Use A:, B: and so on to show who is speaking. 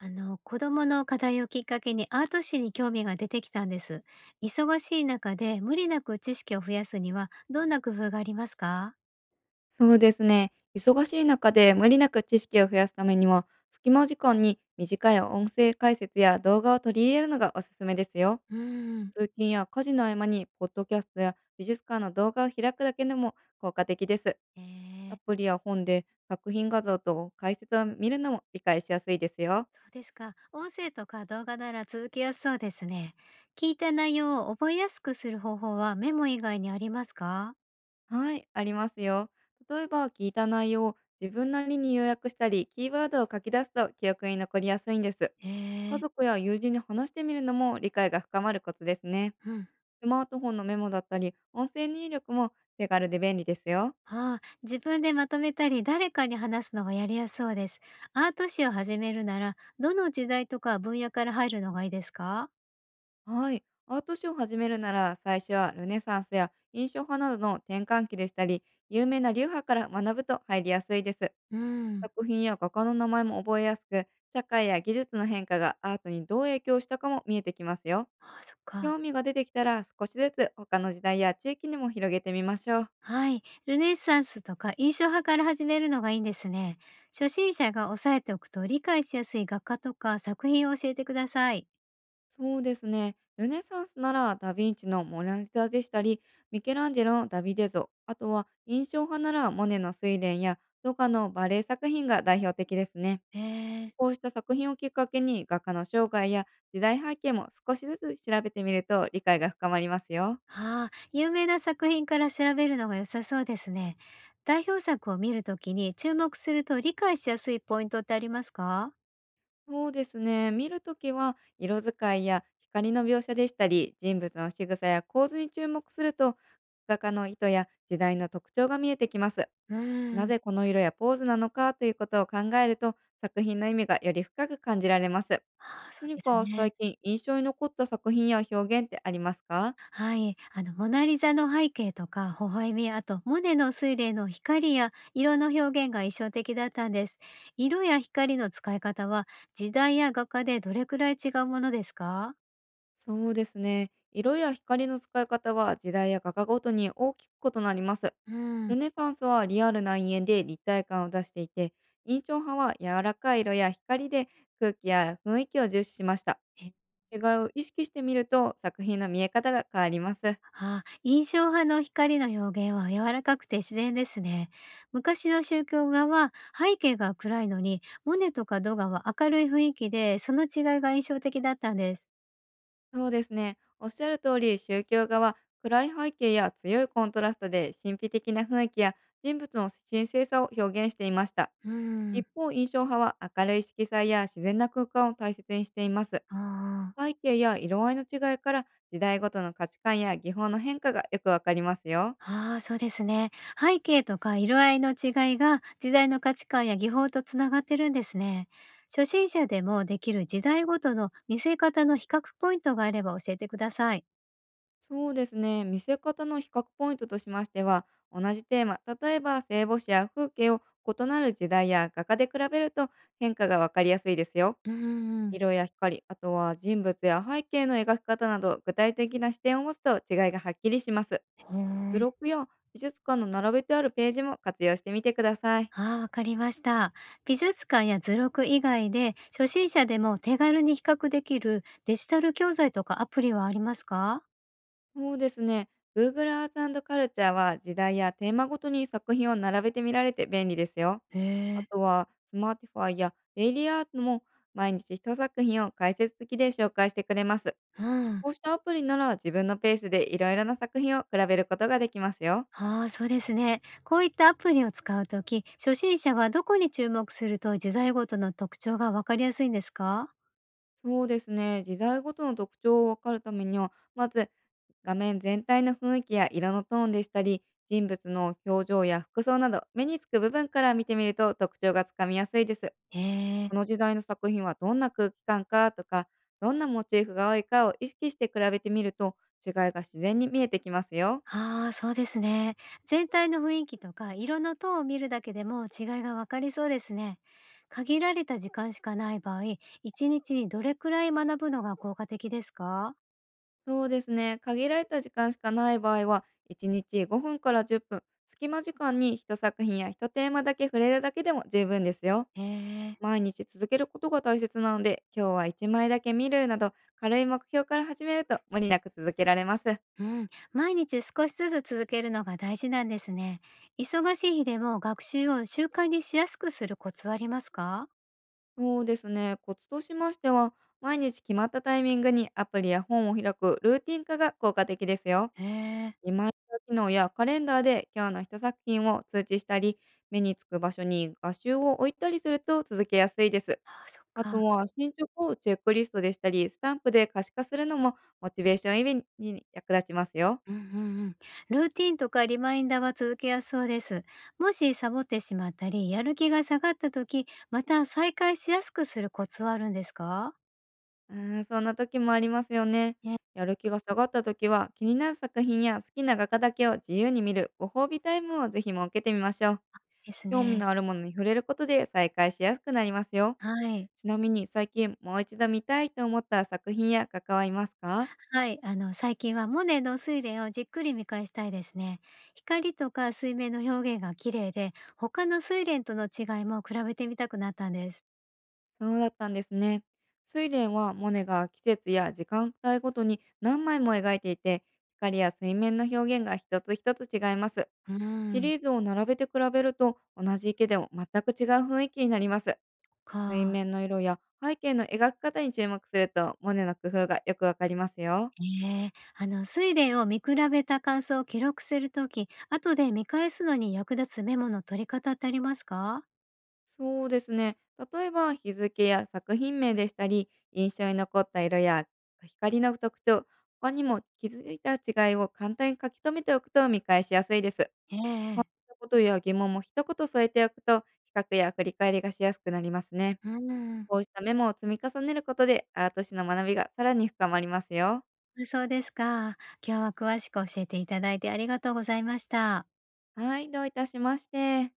A: 子供の課題をきっかけにアート史に興味が出てきたんです。忙しい中で無理なく知識を増やすにはどんな工夫がありますか？
B: そうですね。忙しい中で無理なく知識を増やすためにも、隙間時間に短い音声解説や動画を取り入れるのがおすすめですよ。
A: うーん、
B: 通勤や家事の合間に、ポッドキャストや美術館の動画を開くだけでも効果的です。
A: え
B: ア
A: ー、
B: プリや本で作品画像と解説を見るのも理解しやすいですよ。
A: そうですか。音声とか動画なら続けやすそうですね。聞いた内容を覚えやすくする方法はメモ以外にありますか？
B: はい、ありますよ。例えば聞いた内容を自分なりに要約したり、キーワードを書き出すと記憶に残りやすいんです。
A: え
B: 家
A: え、
B: 族や友人に話してみるのも理解が深まるコツですね。
A: うん。
B: スマートフォンのメモだったり、音声入力も手軽で便利ですよ。
A: ああ、自分でまとめたり誰かに話すのがやりやすそうです。アート史を始めるならどの時代とか分野から入るのがいいですか？
B: はい、アート史を始めるなら、最初はルネサンスや印象派などの転換期でしたり、有名な流派から学ぶと入りやすいです。
A: うん。
B: 作品や画家の名前も覚えやすく、社会や技術の変化がアートにどう影響したかも見えてきますよ。
A: ああ、そっか。
B: 興味が出てきたら、少しずつ他の時代や地域にも広げてみましょう。
A: はい。ルネサンスとか印象派から始めるのがいいんですね。初心者が押さえておくと理解しやすい画家とか作品を教えてください。
B: そうですね。ルネサンスならダ・ヴィンチのモナリザでしたり、ミケランジェロのダビデ像、あとは印象派ならモネの睡蓮やドカのバレエ作品が代表的ですね。
A: えー、
B: こうした作品をきっかけに、画家の生涯や時代背景も少しずつ調べてみると理解が深まりますよ。
A: ああ、有名な作品から調べるのが良さそうですね。代表作を見るときに注目すると理解しやすいポイントってありますか？
B: そうですね。見るときは色使いや光の描写でしたり、人物の仕草や構図に注目すると、画家の意図や時代の特徴が見えてきます。
A: うー
B: な
A: ん。
B: ぜこの色やポーズなのかということを考えると、作品の意味がより深く感じられます。
A: ああ、そう
B: 何
A: です
B: か
A: ね。
B: 最近印象に残った作品や表現ってありますか？
A: はい、あのモナリザの背景とか微笑み、あとモネの水霊の光や色の表現が印象的だったんです。色や光の使い方は時代や画家でどれくらい違うものですか？
B: そうですね。色や光の使い方は時代や画家ごとに大きく異なります。
A: うん、
B: ルネサンスはリアルな陰影で立体感を出していて、印象派は柔らかい色や光で空気や雰囲気を重視しました。
A: え、
B: 違いを意識してみると、作品の見え方が変わります。
A: あ、印象派の光の表現は柔らかくて自然ですね。昔の宗教画は背景が暗いのに、モネとかドガは明るい雰囲気で、その違いが印象的だったんです。
B: そうですね。おっしゃる通り、宗教画は暗い背景や強いコントラストで神秘的な雰囲気や人物の神聖さを表現していました。
A: うん。
B: 一方、印象派は明るい色彩や自然な空間を大切にしています。
A: ああ。
B: 背景や色合いの違いから、時代ごとの価値観や技法の変化がよくわかりますよ。
A: ああ、そうですね。背景とか色合いの違いが時代の価値観や技法とつながってるんですね。初心者でもできる時代ごとの見せ方の比較ポイントがあれば教えてください。
B: そうですね。見せ方の比較ポイントとしましては、同じテーマ、例えば聖母子や風景を異なる時代や画家で比べると、変化がわかりやすいですよ。
A: うーん、
B: 色や光、あとは人物や背景の描き方など具体的な視点を持つと、違いがはっきりします。
A: へえ。
B: ブロックや美術館の並べてあるページも活用してみてください。
A: ああ、わかりました。美術館や図録以外で初心者でも手軽に比較できるデジタル教材とかアプリはありますか？
B: そうですね。Google ア a r t ル Culture は時代やテーマごとに作品を並べて見られて便利ですよ。
A: へ
B: あ
A: え。
B: とは Smartify や Daily Art も、毎日一作品を解説付きで紹介してくれます。
A: うん。
B: こうしたアプリなら、自分のペースでいろいろな作品を比べることができますよ。
A: ああ、そうですね。こういったアプリを使うとき、初心者はどこに注目すると自在ごとの特徴がわかりやすいんですか？
B: そうですね。時代ごとの特徴をわかるためには、まず画面全体の雰囲気や色のトーンでしたり、人物の表情や服装など目につく部分から見てみると、特徴がつかみやすいです。
A: へえ。
B: この時代の作品はどんな空気感かとか、どんなモチーフが多いかを意識して比べてみると、違いが自然に見えてきますよ。
A: ああ、そうですね。全体の雰囲気とか色のトーンを見るだけでも違いがわかりそうですね。限られた時間しかない場合、一日にどれくらい学ぶのが効果的ですか？
B: そうですね。限られた時間しかない場合は、1日5分から10分、隙間時間に一作品や一テーマだけ触れるだけでも十分ですよ。
A: へえ。
B: 毎日続けることが大切なので、今日は1枚だけ見るなど、軽い目標から始めると無理なく続けられます。
A: うん、毎日少しずつ続けるのが大事なんですね。忙しい日でも学習を習慣にしやすくするコツはありますか？
B: そうですね。コツとしましては、毎日決まったタイミングにアプリや本を開くルーティン化が効果的ですよ。
A: へえ、
B: リマインダー機能やカレンダーで今日の一作品を通知したり、目につく場所に画集を置いたりすると続けやすいです。
A: ああ、そっ
B: あ
A: か。
B: とは進捗をチェックリストでしたり、スタンプで可視化するのもモチベーション維持に役立ちますよ。
A: うんうんうん。ルーティンとかリマインダーは続けやすそうです。もしサボってしまったり、やる気が下がった時、また再開しやすくするコツはあるんですか？
B: そんな時もありますよね。
A: ね、
B: やる気が下がった時は、気になる作品や好きな画家だけを自由に見るご褒美タイムをぜひ設けてみましょう。
A: です
B: 興味
A: ね。
B: のあるものに触れることで再開しやすくなりますよ。
A: はい。
B: ちなみに、最近もう一度見たいと思った作品や画家はいますか？
A: はい、あの、最近はモネの睡蓮をじっくり見返したいですね。光とか水面の表現が綺麗で、他の睡蓮との違いも比べてみたくなったんです。
B: そうだったんですね。睡蓮はモネが季節や時間帯ごとに何枚も描いていて、光や水面の表現が一つ一つ違います。
A: うー
B: シ
A: ん、
B: リーズを並べて比べると、同じ池でも全く違う雰囲気になります。水
A: か。
B: 面の色や背景の描き方に注目すると、モネの工夫がよくわかりますよ。
A: ええ、あの、水蓮を見比べた感想を記録するとき、後で見返すのに役立つメモの取り方ってありますか？
B: そうですね。例えば日付や作品名でしたり、印象に残った色や光の特徴、他にも気づいた違いを簡単に書き留めておくと見返しやすいです。
A: ええ、
B: ことや疑問も一言添えておくと、比較や振り返りがしやすくなりますね。
A: うん。
B: こうしたメモを積み重ねることで、アート史の学びがさらに深まりますよ。
A: そうですか。今日は詳しく教えていただいてありがとうございました。
B: はい、どういたしまして。